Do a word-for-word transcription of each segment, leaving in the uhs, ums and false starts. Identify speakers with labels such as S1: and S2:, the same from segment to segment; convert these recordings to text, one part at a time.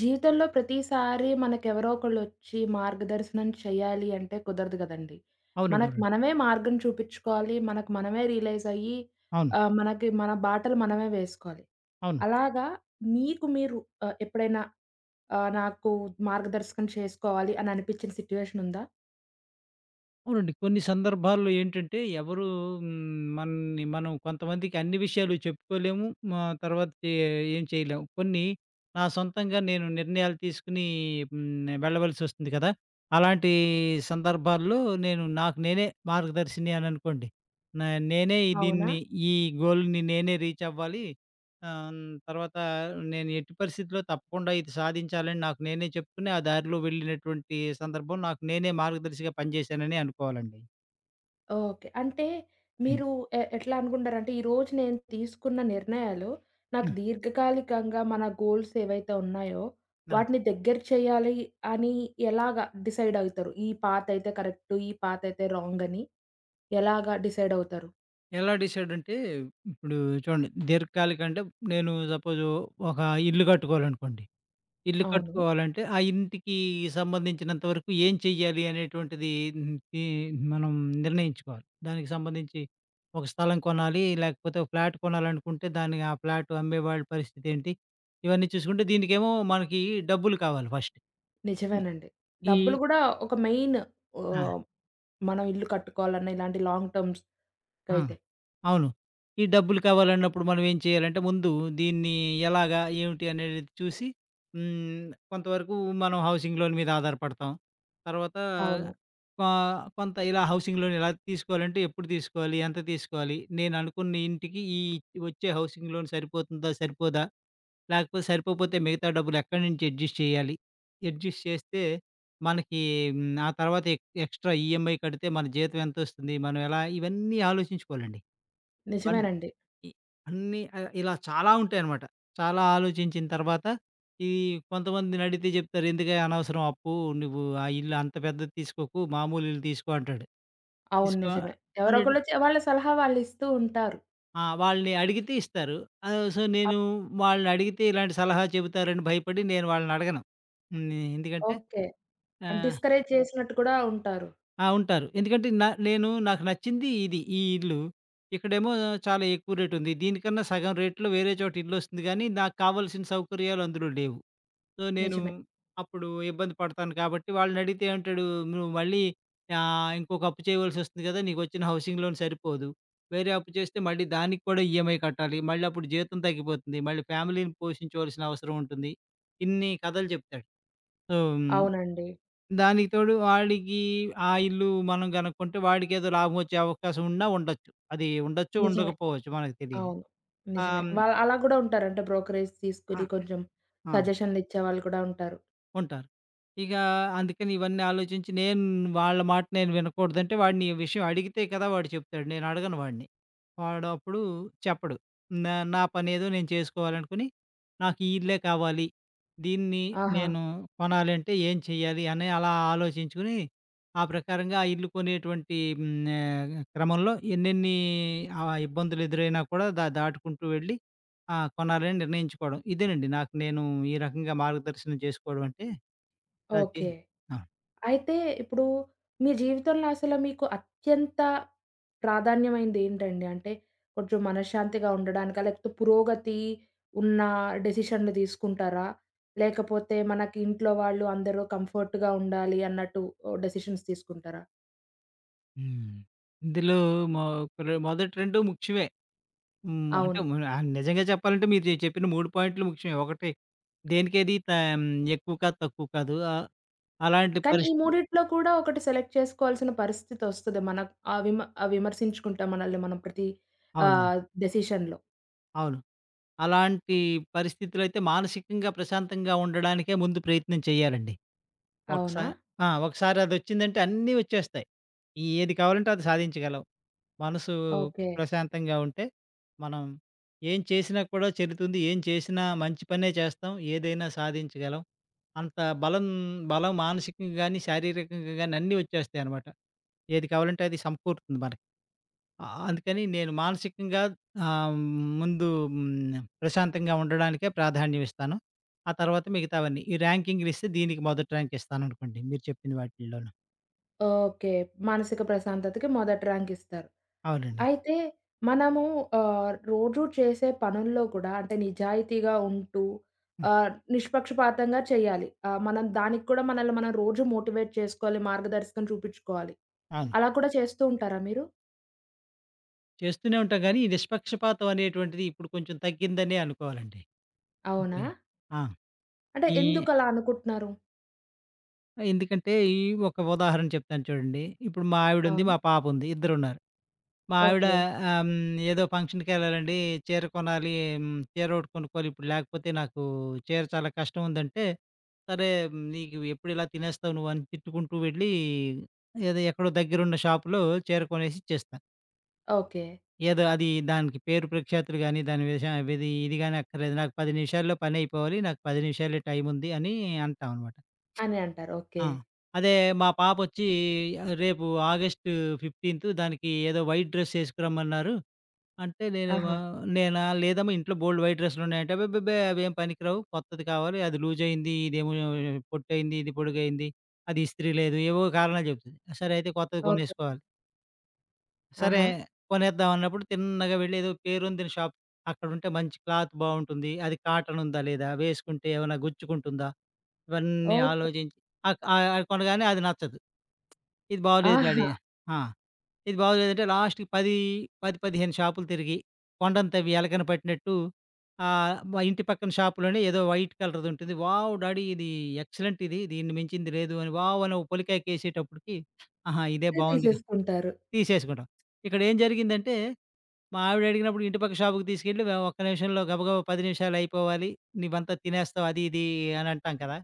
S1: జీవితంలో ప్రతిసారి మనకెవరో ఒకళ్ళొచ్చి మార్గదర్శనం చేయాలి అంటే కుదరదు గదండీ.
S2: అవునండి. అవునండి.
S1: మనకు మనమే మార్గం చూపిచ్చుకోవాలి. మనకు మనమే రియలైజ్ అయ్యి
S2: అవును.
S1: ఆహ్, మనకి మన బాటలు మనమే వేసుకోవాలి.
S2: అవును.
S1: అలాగా మీకు మీరు ఆహ్, ఎప్పుడైనా ఆహ్, నాకు మార్గదర్శకం చేసుకోవాలి అని అనిపిచ్చిన సిట్యుయేషన్ ఉందా?
S2: అవునండి. కొన్ని సందర్భాల్లో ఏంటంటే ఎవరు హ్మ్, మన్ని మనం కొంతమందికి అన్ని విషయాలు చెప్పుకోలేము. మా తర్వాత చే ఏం చేయలేము. కొన్ని నా సొంతంగా నేను నిర్ణయాలు తీసుకొని హ్మ్, వెళ్ళవలసొస్తుంది కదా! అలాంటి సందర్భాల్లో నేను నాకు నేనే మార్గదర్శిని అననుకోండి. నా నేనే ఈ-
S1: అవునా?
S2: దీన్ని ఈ గోల్‌ని నేనే రీచ్ అవ్వాలి. ఆహ్, హ్మ్. తర్వాత నేను ఎట్టి పరిస్థితిలో తప్పకుండా ఇది సాధించాలని నాకు నేనే చెప్పుకుని, ఆ దారిలో వెళ్ళినటువంటి సందర్భం నాకు నేనే మార్గదర్శిగా పనిచేశానని అనుకోవాలండి.
S1: ఓకే. అంటే
S2: హ్మ్.
S1: మీరు ఎ ఎట్లా అనుకుంటారంటే, ఈరోజు నేను తీసుకున్న నిర్ణయాలు నాకు
S2: హ్మ్.
S1: దీర్ఘకాలికంగా మన గోల్స్ ఏవైతే ఉన్నాయో,
S2: ఆ!
S1: వాటిని దగ్గర చేయాలి అని ఎలాగా డిసైడ్ అవుతారు? ఈ పాత్ అయితే కరెక్ట్, ఈ పాత్ అయితే రాంగ్ అని ఎలాగా డిసైడ్ అవుతారు?
S2: ఎలా డిసైడ్ అంటే ఇప్పుడు చూడండి దీర్ఘకాలిక అంటే నేను సపోజ్ ఒక ఇల్లు కట్టుకోవాలనుకోండి. ఇల్లు
S1: అవును.
S2: కట్టుకోవాలంటే, ఆ ఇంటికి సంబంధించినంత వరకు ఏం చెయ్యాలి అనేటువంటిది హ్మ్, ఈ మనం నిర్ణయించుకోవాలి. దానికి సంబంధించి ఒక స్థలం కొనాలి, లేకపోతే ఒక ఫ్లాట్ కొనాలనుకుంటే దాన్ని ఆ ఫ్లాట్ అమ్మేవాడి పరిస్థితి ఏంటి? ఇవన్నీ చూసుకుంటే దీనికేమో మనకి డబ్బులు కావాలి ఫస్ట్. ఈ
S1: నిజమేనండి.
S2: ఈ
S1: డబ్బులు గూడా ఒక మెయిన్
S2: ఆ!
S1: ఆహ్, మనం ఇల్లు కట్టుకోవాలన్నా ఇలాంటి లాంగ్
S2: ఆ!
S1: టర్మ్స్‌కైతే.
S2: అవును. ఈ డబ్బులు కావాలన్నప్పుడు మనం ఏం చేయాలంటే ముందు దీన్ని ఎలాగా, ఏమిటి అనేది చూసి హ్మ్. కొంతవరకు మనం హౌసింగ్ లోన్ మీద ఆధారపడతాం. తర్వాత
S1: అవును.
S2: కొ కొంత ఇలా హౌసింగ్ లోన్ ఎలా తీసుకోవాలంటే ఎప్పుడు తీసుకోవాలి? ఎంత తీసుకోవాలి? నేను అనుకున్న ఇంటికి ఈ వచ్చే హౌసింగ్ లోన్ సరిపోతుందా? సరిపోదా? లేకపోతే సరిపోకపోతే మిగతా డబ్బులు ఎక్కడి నుంచి అడ్జస్ట్ చేయాలి? అడ్జస్ట్ చేస్తే మనకి హ్మ్, ఆ తర్వాత ఎక్ ఎక్స్‌ట్రా ఈఎంఐ కడితే మన జీతం ఎంతొస్తుంది? మనం ఎలా ఇవన్నీ ఆలోచించుకోవాలండి. వన్
S1: నిజమేనండి.
S2: ఇ అన్నీ ఆహ్, ఇలా చాలా ఉంటాయనమాట. చాలా ఆలోచించిన తర్వాత ఈ కొంతమందినడిగితే జెప్తారు, "ఎందుకే అనవసరం అప్పు? నువ్వు ఆ ఇల్లు అంత పెద్దది తీసుకోకు, మామూలు ఇల్లు తీసుకో" అంటాడు.
S1: అవును.
S2: తీసుకో
S1: నిజమే. ఎవరో
S2: ఆల్రెడీ
S1: ఒకళ్ళు చే వాళ్ళ సలహా వాళ్ళిస్తూ ఉంటారు.
S2: ఆ! వాళ్ళని అడిగితే ఇస్తారు. ఆహ్, సో, నేను
S1: అప్
S2: వాళ్ళనడిగితే ఇలాంటి సలహా చెబుతారని భయపడి నేను వాళ్ళనడగను. హ్మ్. ఎందుకంటే
S1: ఓకే.
S2: ఆ!
S1: అంటే డిస్కరేజ్ చేసినట్టు కూడా ఉంటారు.
S2: ఆ! ఉంటారు. ఎందుకంటే నా నేను నాకు నచ్చింది ఇది. ఈ ఇల్లు. ఇక్కడేమో చాలా ఎక్కువ రేట్ ఉంది. దీనికన్నా సగం రేట్‌లో వేరే చోట ఇల్లొస్తుంది గానీ, నాకు కావాల్సిన సౌకర్యాలు అందులో లేవు. సో, నేను
S1: నిజమే.
S2: అప్పుడు ఇబ్బంది పడతాను కాబట్టి వాళ్ళనడిగితే ఏమంటాడు, "నువ్వు మళ్ళీ ఆహ్, ఇంకొక అప్పు చేయవలసొస్తుంది కదా! నీకొచ్చిన హౌసింగ్ లోన్ సరిపోదు. వేరే అప్పు చేస్తే మళ్ళీ దానికి కూడా ఈఎంఐ కట్టాలి. మళ్ళీ అప్పుడు జీతం తగ్గిపోతుంది. మళ్ళీ ఫ్యామిలీని పోషించవలసిన అవసరం ఉంటుంది." ఇన్ని కథలు చెప్తాడు. సో, హ్మ్.
S1: అవునండి.
S2: దానికి తోడు వాడికి ఆ ఇల్లు మనం గనుక్కుంటే వాడికేదో లాభం వచ్చే అవకాశం ఉన్నా ఉండొచ్చు. అది ఉండొచ్చు,
S1: నిజమే.
S2: ఉండకపోవచ్చు మనకు తెలీదు.
S1: అవును.
S2: ఆహ్,
S1: నిజమే.
S2: హ్మ్.
S1: వాళ్ళు అలా కూడా ఉంటారు. అంటే బ్రోకరేజ్
S2: ఆ!
S1: తీసుకొని కొంచెం
S2: ఆ!
S1: సజెషన్‌లు ఇచ్చేవాళ్ళు కూడా ఉంటారు.
S2: ఉంటారు. ఇక అందుకని ఇవన్నీ ఆలోచించి నేను వాళ్ళ మాట నేను వినకూడదంటే వాడిని ఈ విషయం అడిగితే కదా వాడు చెప్తాడు. నేను అడగను వాడిని. వాడు అప్పుడు చెప్పడు. నా నా పనేదో నేను చేసుకోవాలనుకుని నాకు ఈ ఇల్లే కావాలి. దీన్ని
S1: ఆహా!
S2: నేను కొనాలి అంటే ఏం చేయాలి అని అలా ఆలోచించుకుని ఆ ప్రకారంగా ఆ ఇల్లు కొనేటువంటి హ్మ్. ఆహ్, క్రమంలో ఎన్నెన్ని ఆహ్, ఇబ్బందులు ఎదురైనా కూడా దా దాటుకుంటూ వెళ్ళి ఆ! కొనాలని నిర్ణయించుకోవడం. ఇదేనండి నాకు నేను ఈ రకంగా మార్గదర్శనం చేసుకోవడం అంటే రచయి
S1: ఓకే.
S2: ఆ!
S1: అయితే ఇప్పుడు మీ జీవితంలో అసలు మీకు అత్యంత ప్రాధాన్యమైనది ఏంటండి? అంటే కొంచెం మనశ్శాంతిగా ఉండడానికా? లేకపోతే పురోగతి ఉన్న డెసిషన్‌లు తీసుకుంటారా? లేకపోతే మనకి ఇంట్లో వాళ్ళు అందరూ కంఫర్ట్‌గా ఉండాలి అన్నట్టు ఓ డెసిషన్స్ తీసుకుంటారా?
S2: హ్మ్. ఇందులో మొ ర మొదటి రెండు ముఖ్యమే. హ్మ్. అంటే
S1: అవును.
S2: మ ఆహ్, నిజంగా చెప్పాలంటే మీరు చెప్పిన మూడు పాయింట్లు ముఖ్యమే. ఒకటి దేనికేది త హ్మ్. ఎక్కువ కాదు, తక్కువ కాదు. ఆహ్, అలాంటి
S1: కానీ ఈ
S2: పరిస్థితి
S1: మూడిట్లో కూడా ఒకటి సెలెక్ట్ చేసుకోవాల్సిన పరిస్థితొస్తది. మన ఆహ్, విమ ఆహ్, విమర్శించుకుంటాం మనల్ని మనం ప్రతి
S2: అవును.
S1: ఆహ్, డెసిషన్‌లో.
S2: అవును. అలాంటి పరిస్థితులైతే మానసికంగా ప్రశాంతంగా ఉండడానికే ముందు ప్రయత్నం చేయాలండి. ఒకసా
S1: అవునా?
S2: ఆ! ఒకసారి అదొచ్చిందంటే అన్నీ వచ్చేస్తాయి. ఈ ఏది కావాలంటే అది సాధించగలం. మనసు
S1: ఓకే.
S2: ప్రశాంతంగా ఉంటే, మనం ఏం చేసినా కూడా చెల్లుతుంది. ఏం చేసినా మంచి పనే చేస్తాం. ఏదైనా సాధించగలం. అంత బలం బలం మానసికంగా గాని, శారీరకంగా గాని అన్నీ వచ్చేస్తాయనమాట. ఏది కావాలంటే అది సమకూరుతుంది మనకి. ఆ! అందుకని నేను మానసికంగా ఆహ్, ముందు హ్మ్, ప్రశాంతంగా ఉండడానికే ప్రాధాన్యం ఇస్తాను. ఆ తర్వాత మిగతావన్నీ. ఈ ర్యాంకింగ్‌లు ఇస్తే దీనికి మొదటి ర్యాంక్ ఇస్తాననుకోండి మీరు చెప్పిన వాటిల్లోను.
S1: ఓకే. మానసిక ప్రశాంతతకి మొదటి ర్యాంక్ ఇస్తారు.
S2: అవునండి.
S1: అయితే మనము ఆహ్, రోజు చేసే పనుల్లో కూడా అంటే నిజాయితీగా ఉంటూ
S2: హ్మ్.
S1: ఆహ్, నిష్పక్షపాతంగా చేయాలి. ఆహ్, మనం దానికి కూడా మనల్ని మనం రోజు మోటివేట్ చేసుకోవాలి. మార్గదర్శకం చూపించుకోవాలి.
S2: అవును.
S1: అలా కూడా చేస్తూ ఉంటారా మీరు?
S2: చేస్తూనే ఉంటాం గానీ, ఈ నిష్పక్షపాతం అనేటువంటిది ఇప్పుడు కొంచెం తగ్గిందనే అనుకోవాలండి.
S1: అవునా?
S2: అంటే ఆ!
S1: అంటే
S2: ఈ
S1: ఎందుకలా అనుకుంటున్నారు?
S2: ఎందుకంటే, ఈ ఒక ఉదాహరణ చెప్తాను చూడండి. ఇప్పుడు మా ఆవిడుంది,
S1: అవును.
S2: మా పాపుంది ఇద్దరున్నారు. మా ఆవిడ
S1: ఓకే.
S2: ఆహ్, హ్మ్, ఏదో ఫంక్షన్‌కెళ్ళాలండి. చీర కొనాలి. హ్మ్, చీర ఒకటి కొనుక్కోవాలి. ఇప్పుడు లేకపోతే నాకు చీర చాలా కష్టం ఉందంటే, సరే ఉమ్, నీకు ఎప్పుడు ఇలా తినేస్తావు నువ్వు అని తిట్టుకుంటూ వెళ్ళి, ఏదో ఎక్కడో దగ్గరున్న షాప్‌లో చీర కొనేసి ఇచ్చేస్తా.
S1: ఓకే.
S2: ఏదో అది దానికి పేరు ప్రఖ్యాతులు గాని, దాని విష ఇది ఇది గాని అక్కర్లేదు. నాకు పది నిమిషాల్లో పని అయిపోవాలి. నాకు పది నిమిషాలే టైం ఉంది అని అంటామనమాట.
S1: అని అంటారు. ఓకే.
S2: ఆ! అదే మా పాపొచ్చి రేపు ఆగస్టు పదిహేను దానికి ఏదో వైట్ డ్రెస్ ఏసుకురమ్మన్నారు. అంటే నేనేమో
S1: ఆహా!
S2: నేనా? లేదమ్మా ఇంట్లో బోలెడు వైట్ డ్రెస్సులున్నాయంటే, అబ్బెబ్బెబ్బే! అవేం పనికిరావు. కొత్తది కావాలి. అది లూజయింది. ఇదేమో పొట్టయింది. ఇది పొడుగయింది. అది ఇస్త్రీ లేదు. ఏవో కారణాలు చెప్తుంది. సరే అయితే కొత్తది
S1: ఓకే.
S2: కొనేసుకోవాలి. సరే
S1: ఆహా!
S2: కొనేద్దాం అన్నప్పుడు తిన్నగా వెళ్లి ఏదో పేరొందిన షాప్ అక్కడుంటే మంచి క్లాత్ బావుంటుంది. అది కాటన్ ఉందా? లేదా? వేసుకుంటే ఏమైనా గుచ్చుకుంటుందా? ఇవన్నీ
S1: ఓకే.
S2: ఆలోచించి అక్ ఆహ్, అది కొనగానే అది నచ్చదు. ఇది బాగోలేదు డాడీ.
S1: ఆహా!
S2: ఆ! ఇది బాగోలేదంటే లాస్ట్‌కి పది, పది, పదిహేను షాపులు తిరిగి కొండను తవ్వి ఎలకన పట్టినట్టు ఆహ్, మా ఇంటి పక్కన షాప్‌లోనే ఏదో వైట్ కలర్‌ది ఉంటుంది. "వావ్! డాడీ ఇది ఎక్సలెంట్ ఇది. దీన్ని మించింది లేదు" అని వావ్! అని ఒక పొలికాయకేసేటప్పటికి ఆహా! ఇదే
S1: అయితే
S2: బావుందిగా
S1: తీసేసుకుంటారు.
S2: తీసేసుకుంటాం. ఇక్కడేం జరిగిందంటే మా ఆవిడ అడిగినప్పుడు ఇంటి పక్క షాపుకి తీసుకెళ్ళి మేము ఒక్క నిమిషంలో గబగబా పది నిమిషాలు అయిపోవాలి. నువ్వంతా తినేస్తావు అది ఇది అని అంటాం కదా!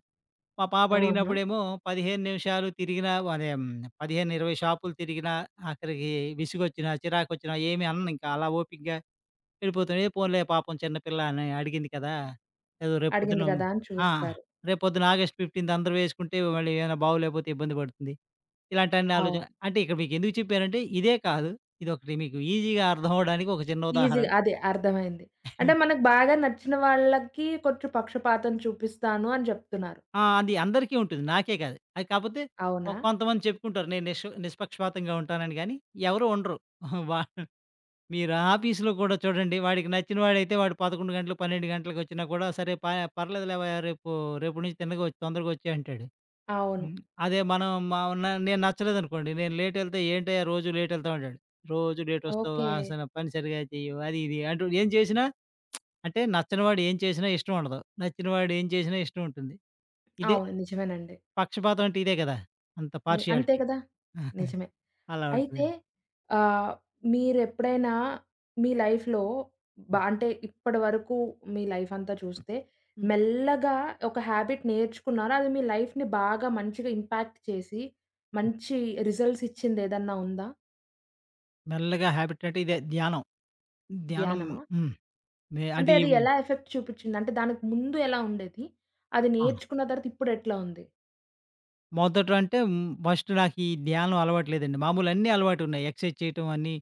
S2: మా పాప
S1: ఆహా!
S2: అడిగినప్పుడేమో పదిహేను నిమిషాలు తిరిగినా అదే హ్మ్. పదిహేను, ఇరవై షాపులు తిరిగినా ఆఖరికి విసుగొచ్చినా, చిరాకొచ్చినా ఏమి అననింకా అలా ఓపికగా వెళ్ళిపోతాను. ఏ పోన్లే పాపం చిన్నపిల్ల అని అడిగింది కదా! ఏదో
S1: అడిగింది
S2: రేపొద్దున
S1: కదా! అని
S2: ఆ!
S1: చూస్తారు.
S2: రేపొద్దున ఆగస్ట్ పదిహేను అందరూ వేసుకుంటే మళ్ళీ ఏమైనా బాగోలేకపోతే ఇబ్బంది పడుతుంది. ఇలాంటి అన్ని ఆలోచన
S1: అవును.
S2: అంటే ఇక్కడ మీకెందుకు చెప్పానంటే ఇదే కాదు. ఇదొకటి మీకు ఈజీగా అర్థం అవ్వడానికి ఒక చిన్న
S1: ఈజీగా
S2: ఉదాహరణ.
S1: అదే అర్థమైంది. అంటే మనకు బాగా నచ్చిన వాళ్ళకి కొంచెం పక్షపాతం చూపిస్తాను అని జెప్తున్నారు.
S2: ఆ! అది అందరికీ ఉంటుంది. నాకే కాదు. అది కాపోతే కొ
S1: అవునా?
S2: కొంతమంది చెప్పుకుంటారు. నేను నిష్ నిష్పక్షపాతంగా ఉంటానని గానీ, ఎవరు ఉండరు. వా మీరు ఆఫీస్‌లో కూడా చూడండి. వాడికి నచ్చిన వాడైతే వాడు పదకొండు గంటలు, పన్నెండు గంటలకొచ్చినా కూడా సరే ప పర్లేదులేవయ్యా రేపు రేపటి నుంచి తిన్నగొచ్చి తొందరగొచ్చేయి అంటాడు.
S1: అవును.
S2: హ్మ్. అదే మనం మా న నేను నచ్చలేదనుకోండి. నేను లేట్ ఎళ్తే ఏంటయ్యా రోజు లేట్ ఎళ్తావు అంటాడు. రోజు లేటొస్తావు.
S1: ఓకే.
S2: అసలు పని సరిగ్గా చెయ్యవు. అది ఇది అంటూ ఏం చేసినా అంటే నచ్చని వాడు ఏం చేసినా ఇష్టం ఉండదు. నచ్చిన వాడు ఏం చేసినా ఇష్టం ఉంటుంది. ఇదే
S1: అవును. నిజమేనండి.
S2: పక్షపాతం అంటే ఇదే గదా! అంత
S1: ని అంతే
S2: పార్షియాలిటీ.
S1: కదా! నిజమే.
S2: అలా
S1: అయితే
S2: ఉంటుంది.
S1: ఆహ్, మీరెప్పుడైనా మీ లైఫ్‌లో బ
S2: హ్మ్.
S1: అంటే ఇప్పటివరకు మీ లైఫ్ అంతా చూస్తే
S2: హ్మ్.
S1: మెల్లగా ఒక హ్యాబిట్ నేర్చుకున్నారా? అది మీ లైఫ్‌ని బాగా మంచిగా ఇంపాక్ట్ చేసి మంచి రిజల్ట్స్ ఇచ్చిందేదన్నా ఉందా?
S2: మెల్లగా హ్యాబిట్ అంటే ఇదే ధ్యానం. ధ్యానం
S1: ధ్యానమా?
S2: హ్మ్. నే
S1: అంటే
S2: అది
S1: అది ఎలా ఎఫెక్ట్ చూపిచ్చింది? అంటే దానికి ముందు ఎలా ఉండేది? అది
S2: ఆ!
S1: నేర్చుకున్న తర్వాత ఇప్పుడెట్లా ఉంది?
S2: మొదట అంటే హ్మ్, ఫస్ట్ నాకు ఈ ధ్యానం అలవాటు లేదండి. మామూలు అన్నీ అలవాటున్నాయి. ఎక్సర్సైజ్ చేయటం అన్నీ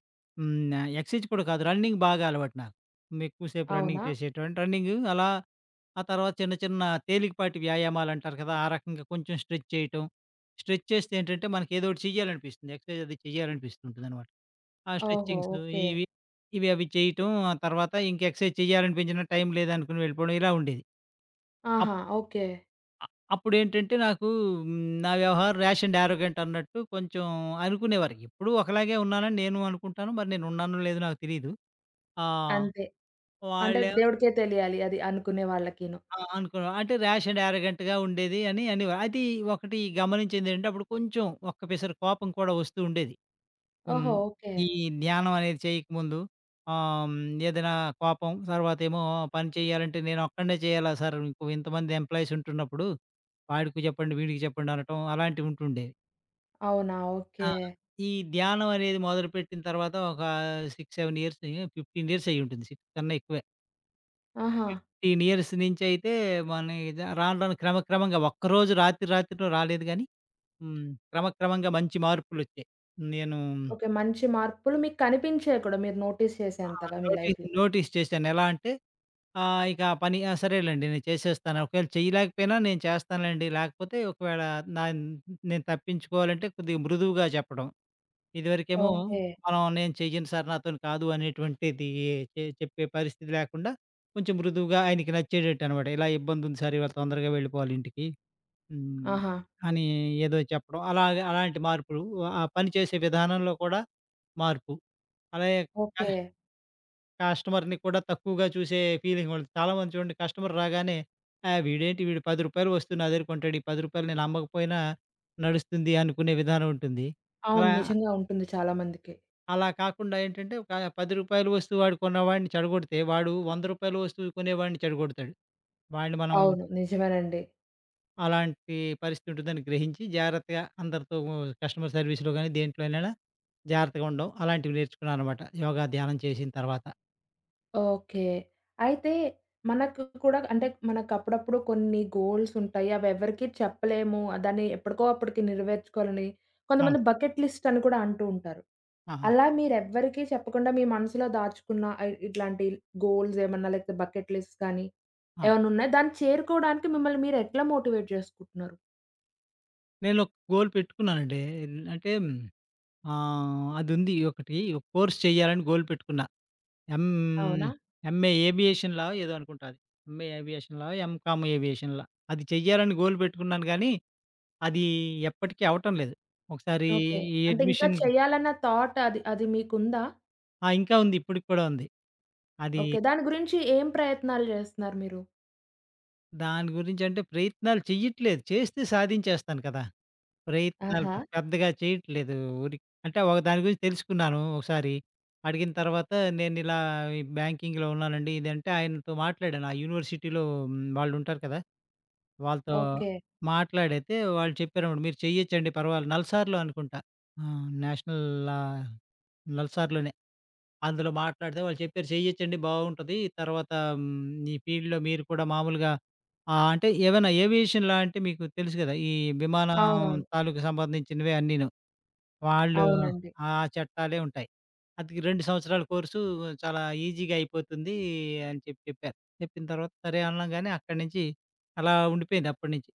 S2: హ్మ్. ఆహ్, ఎక్సర్సైజ్ కూడా కాదు రన్నింగ్ బాగా అలవాటు నాకు. ఉమ్, ఎక్కువసేపు రన్నింగ్
S1: అవునా?
S2: చేసేటువంటి రన్నింగు అలా ఆ తర్వాత చిన్న చిన్న తేలికపాటి వ్యాయామాలంటారు కదా! ఆ రకంగా కొంచెం స్ట్రెచ్ చేయటం. స్ట్రెచ్ చేస్తే ఏంటంటే మనకేదోకటి చెయ్యాలనిపిస్తుంది. ఎక్సర్సైజ్ అది చెయ్యాలనిపిస్తుంటుందనమాట. ఆ!
S1: ఓహో!
S2: Stretchings
S1: okay.
S2: ఇవి, ఇవి అవి చేయటం. ఆ తర్వాత ఇంక ఎక్సర్సైజ్ చేయాలనిపించిన టైం లేదనుకుని వెళ్ళిపోవడం ఇలా ఉండేది. అప్
S1: ఆహా! ఓకే.
S2: అ అప్పుడేంటంటే నాకు హ్మ్, నా వ్యవహారం ర్యాష్ అండ్ యారోగెంట్ అన్నట్టు కొంచెం అనుకునేవారు. ఎప్పుడూ ఒకలాగే ఉన్నానని నేను అనుకుంటాను. మరి నేను ఉన్నానో లేదో నాకు తెలీదు. ఆ!
S1: అంతే. అంటే
S2: వాళ్ళే
S1: దేవుడికే తెలియాలి అది అనుకునే వాళ్ళకిను.
S2: ఆ! అనుకున్నారు. అంటే ర్యాష్ అండ్ యారోగెంట్‌గా ఉండేది అని అనేవారు. అది ఒకటి గమనించిందేంటంటే అప్పుడు కొంచెం ఒక్క పిసరు కోపం కూడా వస్తూ ఉండేది. హ్మ్.
S1: ఓహో! ఓకే.
S2: ఈ ధ్యానం అనేది చేయకముందు ఆహ్, హ్మ్, ఏదైనా కోపం, తర్వాతేమో పని చేయాలంటే నేనొక్కడినే చేయాలా సార్ ఇంకో ఇంతమంది ఎంప్లాయీస్ ఉంటున్నప్పుడు వాడికి చెప్పండి, వీడికి చెప్పండి అనటం అలాంటివి ఉంటుండేవి.
S1: అవునా!
S2: ఆ!
S1: ఓకే.
S2: ఈ ధ్యానం అనేది మొదలుపెట్టిన తర్వాత ఒక ఆరు, ఏడు ఇయర్స్ పదిహేను ఇయర్స్ అయ్యుంటుంది. ఆరు కన్నా ఎక్కువే.
S1: ఆహా!
S2: ఓకే. పదిహేను ఇయర్స్ నించయితే మన ఇది రాను రాను క్రమక్రమంగా ఒక్కరోజు రాత్రి రాత్రిలో రాలేదు గానీ హ్మ్. క్రమక్రమంగా మంచి మార్పులొచ్చాయి. నేను
S1: ఓకే. మంచి మార్పులు మీకు కనిపించాయి కూడా మీరు నోటీస్
S2: ఆ!
S1: చేసేంతగా మీ
S2: నోటీస్
S1: లైఫ్‌లో.
S2: నోటీస్ చేశాను. ఎలా అంటే ఆహ్, ఇక ఆ పని ఆ! సరేలెండి నేను చేసేస్తాను. ఒకవేళ చేయలేకపోయినా నేను చేస్తానులెండి. లేకపోతే ఒకవేళ నా నేను తప్పించుకోవాలంటే కొద్దిగా మృదువుగా చెప్పడం. ఇదివరకేమో హ్మ్.
S1: ఓకే.
S2: మనం నేను చెయ్యను సార్ నాతోని కాదు అనేటువంటిది చె చెప్పే పరిస్థితి లేకుండా కొంచెం మృదువుగా ఆయనకి నచ్చేటట్టనమాట. ఇలా ఇబ్బందుంది సార్ ఇవాళ తొందరగా వెళ్ళిపోవాలి ఇంటికి. హ్మ్.
S1: ఆహా!
S2: అని ఏదో చెప్పడం. అలాగ అలాంటి మార్పులు ఆ పని చేసే విధానంలో కూడా మార్పు. అలాగే
S1: ఓకే.
S2: కస్టమర్‌ని కూడా తక్కువగా చూసే ఫీలింగ్ ఉంటుంది. చాలామంది చూడండి కస్టమర్ రాగానే ఆహ్, వీడేంటి వీడు రూ. పది వస్తువు నా దగ్గర కొంటాడు. ఈ రూ. పది నేను అమ్మకపోయినా నడుస్తుంది అనుకునే విధానం ఉంటుంది.
S1: అవును.
S2: అలా
S1: నిజంగా ఉంటుంది చాలా మందికి.
S2: అలా కాకుండా ఏంటంటే ఒక రూ. పది వస్తువు వాడు కొన్నవాడిని చెడగొడితే వాడు రూ. వంద వస్తువు కొనేవాడిని చెడగొడతాడు. వాడిని మనం
S1: అవును. నిజమేనండి.
S2: అలాంటి పరిస్థితి ఉంటుందని గ్రహించి జాగ్రత్తగా అందరితో కస్టమర్ సర్వీస్‌లో గాని దేంట్లోనైనా జాగ్రత్తగా ఉండడం అలాంటివి నేర్చుకున్నాననమాట. యోగా ధ్యానం చేసిన తర్వాత.
S1: ఓకే. అయితే మనకు కూడా అంటే మనకప్పుడప్పుడు కొన్ని గోల్స్ ఉంటాయి. అవెవ్వరికీ చెప్పలేము. దాన్ని ఎప్పటికో అప్పటికి నెరవేర్చుకోవాలని
S2: అవును.
S1: కొంతమంది బకెట్ లిస్ట్ అని కూడా అంటూ ఉంటారు.
S2: ఆహా!
S1: అలా మీరెవ్వరికీ చెప్పకుండా మీ మనసులో దాచుకున్న ఆహ్, ఇట్లాంటి గోల్స్ ఏమన్నా లేకపోతే బకెట్ లిస్ట్స్ కానీ
S2: ఆ!
S1: ఏమన్నా ఉన్నాయా? దాన్ని చేరుకోవడానికి మిమ్మల్ని మీరు ఎట్లా మోటివేట్ చేసుకుంటున్నారు?
S2: నేనొక గోల్ పెట్టుకున్నానండి. అంటే ఆహ్, అదుంది ఒకటి ఒక కోర్స్ చేయాలని గోల్ పెట్టుకున్నా. ఎం
S1: అవునా?
S2: ఎంఏ ఏవియేషన్‌లా ఏదో అనుకుంటా అది. ఎంఏ ఏవియేషన్‌లా, ఎంకామ్ ఏవియేషన్‌లా. అది చెయ్యాలని గోల్ పెట్టుకున్నాను గానీ, అది ఎప్పటికి అవ్వటం లేదు. ఒకసారి
S1: ఓకే.
S2: ఈ
S1: అంటే ఇంకా
S2: అడ్మిషన్
S1: చేయాలన్న థాట్ అది అది మీకుందా?
S2: ఆ! ఇంకా ఉంది. ఇప్పటికి కూడా ఉంది. అది
S1: ఓకే. దాని గురించి ఏం ప్రయత్నాలు చేస్తున్నారు మీరు?
S2: దాని గురించంటే ప్రయత్నాలు చెయ్యట్లేదు. చేస్తే సాధించేస్తాను కదా! ప్రయత్నాలు
S1: ఆహా!
S2: పెద్దగా చేయట్లేదు. ఊరికి అంటే ఒక దాని గురించి తెలుసుకున్నాను ఒకసారి. అడిగిన తర్వాత నేనిలా ఈ బ్యాంకింగ్‌లో ఉన్నానండి ఇదంటే ఆయనతో మాట్లాడాను. ఆ యూనివర్సిటీలో హ్మ్, వాళ్ళుంటారు కదా! వాళ్ళతో ఓకే.
S1: ఓకే.
S2: మాట్లాడైతే వాళ్ళు చెప్పారన్నమాట. మీరు చెయ్యొచ్చండి పర్వాలేదు. నల్సార్‌లో అనుకుంటా. ఆ! నేషనల్ ఆహ్, నల్సార్‌లోనే. అందులో మాట్లాడితే వాళ్ళు చెప్పారు చెయ్యొచ్చండి బావుంటది. తర్వాత హ్మ్, ఈ ఫీల్డ్‌లో మీరు కూడా మామూలుగా ఆహ్, అంటే ఏవైనా ఏవియేషన్‌లా అంటే మీకు తెలుసు కదా! ఈ విమానం అవును.
S1: అవునవును.
S2: తాలూకు సంబంధించినవే అన్నీను. వాళ్ళు హ్మ్.
S1: అవునండి.
S2: ఆ చట్టాలే ఉంటాయి. అది రెండు సంవత్సరాల కోర్సు చాలా ఈజీగా అయిపోతుంది అని చెప్పి చెప్పారు. చెప్పిన తర్వాత సరే అనంగానే అక్కడి నుంచి అలా ఉండిపోయింది అప్పటినుంచి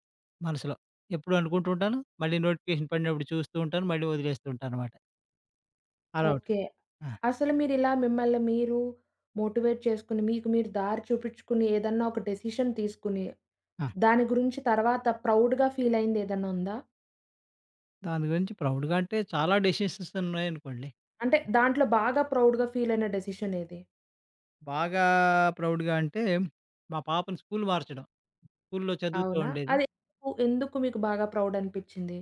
S2: మనసులో. ఎప్పుడు అనుకుంటూ ఉంటాను. మళ్ళీ నోటిఫికేషన్ పడినప్పుడు చూస్తూ ఉంటాను. మళ్ళీ వదిలేస్తూ ఉంటాననమాట. అలా ఉంటుంది.
S1: ఓకే.
S2: ఆ!
S1: అసలు మీరిలా మిమ్మల్ని మీరు మోటివేట్ చేసుకొని, మీకు మీరు దారి చూపించుకుని, ఏదన్నా ఒక డెసిషన్ తీసుకుని,
S2: ఆ!
S1: దాని గురించి తర్వాత ప్రౌడ్‌గా ఫీల్ అయింది ఏదన్నా ఉందా?
S2: దాని గురించి ప్రౌడ్‌గా అంటే చాలా డెసిషన్స్ ఉన్నాయనుకోండి.
S1: అంటే దాంట్లో బాగా ప్రౌడ్‌గా ఫీల్ అయిన డెసిషన్ ఏది?
S2: బాగా ప్రౌడ్‌గా అంటే మా పాపని స్కూల్ మార్చడం. స్కూల్‌లో చదువుతూ
S1: అవునా?
S2: ఉండేది.
S1: అది ఎందుకు, ఎందుకు మీకు బాగా ప్రౌడ్ అనిపించింది?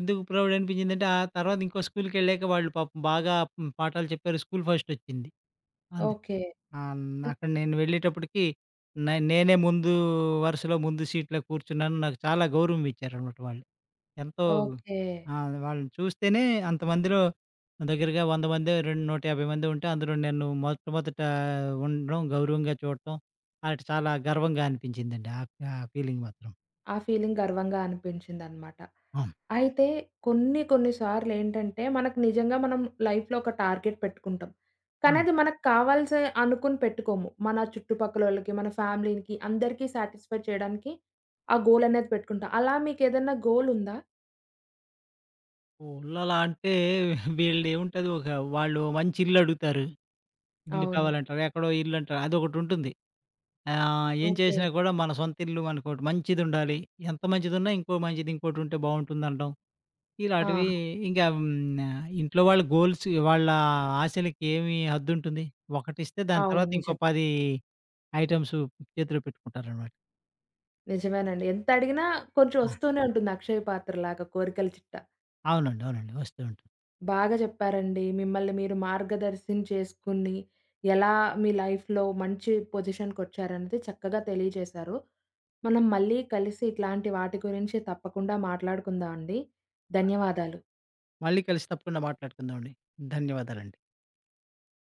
S2: ఎందుకు ప్రౌడ్ అనిపించిందంటే ఆ తర్వాత ఇంకో స్కూల్‌కెళ్ళాక వాళ్ళు పాపం బాగా హ్మ్, పాఠాలు చెప్పారు. స్కూల్ ఫస్టొచ్చింది. అందుకు
S1: ఓకే.
S2: ఆహ్, అక్కడ నేను వెళ్ళేటప్పటికి నే నేనే ముందు వరుసలో ముందు సీట్‌లో కూర్చున్నాను. నాకు చాలా గౌరవం ఇచ్చారనమాట వాళ్ళు. ఎంతో
S1: ఓకే.
S2: ఆ! వాళ్ళని చూస్తేనే అంతమందిలో దగ్గరగా వంద మందో, రెండు నూట యాభై మందో ఉంటే అందులో నేను మొట్టమొదట ఉండడం, గౌరవంగా చూడటం అటు చాలా గర్వంగా అనిపించిందండి. ఆ ఆ ఫీలింగ్ మాత్రం.
S1: ఆ ఫీలింగ్ గర్వంగా అనిపించిందనమాట.
S2: అవును.
S1: అయితే కొన్ని కొన్ని సార్లేంటంటే, మనకు నిజంగా మనం లైఫ్‌లో ఒక టార్గెట్ పెట్టుకుంటాం. కానీ
S2: అవును.
S1: అది మనకు కావాల్సి అనుకుని పెట్టుకోము. మన చుట్టుపక్కలోళ్ళకి, మన ఫ్యామిలీ‌కి అందరికీ సాటిస్ఫై చేయడానికి ఆ గోల్ అనేది పెట్టుకుంటాం. అలా మీకేదన్నా గోల్ ఉందా?
S2: ఊర్లలా అంటే వీళ్ళదేముంటది ఒక వాళ్ళు మంచి ఇల్లు అడుగుతారు. ఇల్లు
S1: అవును.
S2: కావాలంటారు. ఎక్కడో ఇల్లు అంటారు. అదొకటుంటుంది. ఆహ్, ఏం
S1: ఓకే.
S2: చేసినా కూడా మన సొంత ఇల్లు మనకోటి మంచిదుండాలి. ఎంత మంచిదున్నా ఇంకో మంచిది ఇంకోటుంటే బావుంటుందనడం.
S1: ఆ!
S2: ఇలాంటివి ఇంకా హ్మ్. ఆహ్, ఇంట్లో వాళ్ళ గోల్స్ వాళ్ళ ఆశలకి ఏమి హద్దుంటుంది? ఒకటిస్తే దాని
S1: అవును.
S2: తర్వాత ఇంకో
S1: నిజం.
S2: పది ఐటెమ్స్ చేతిలో పెట్టుకుంటారనమాట.
S1: నిజమేనండి. ఎంత అడిగినా కొంచెం
S2: ఆ!
S1: వస్తూనే ఉంటుంది అక్షయ పాత్ర లాగా కోరికల చిట్ట.
S2: అవునండి. అవునండి. వస్తూ ఉంటుంది.
S1: బాగా చెప్పారండి. మిమ్మల్ని మీరు మార్గదర్శనం చేసుకొని, ఎలా మీ లైఫ్‌లో మంచి పొజిషన్‌కొచ్చారనేది చక్కగా తెలియజేశారు. మనం మళ్ళీ కలిసి ఇట్లాంటి వాటి గురించి తప్పకుండా మాట్లాడుకుందాం అండి. ధన్యవాదాలు.
S2: మళ్ళీ కలిసి తప్పకుండా మాట్లాడుకుందామండి. ధన్యవాదాలండి.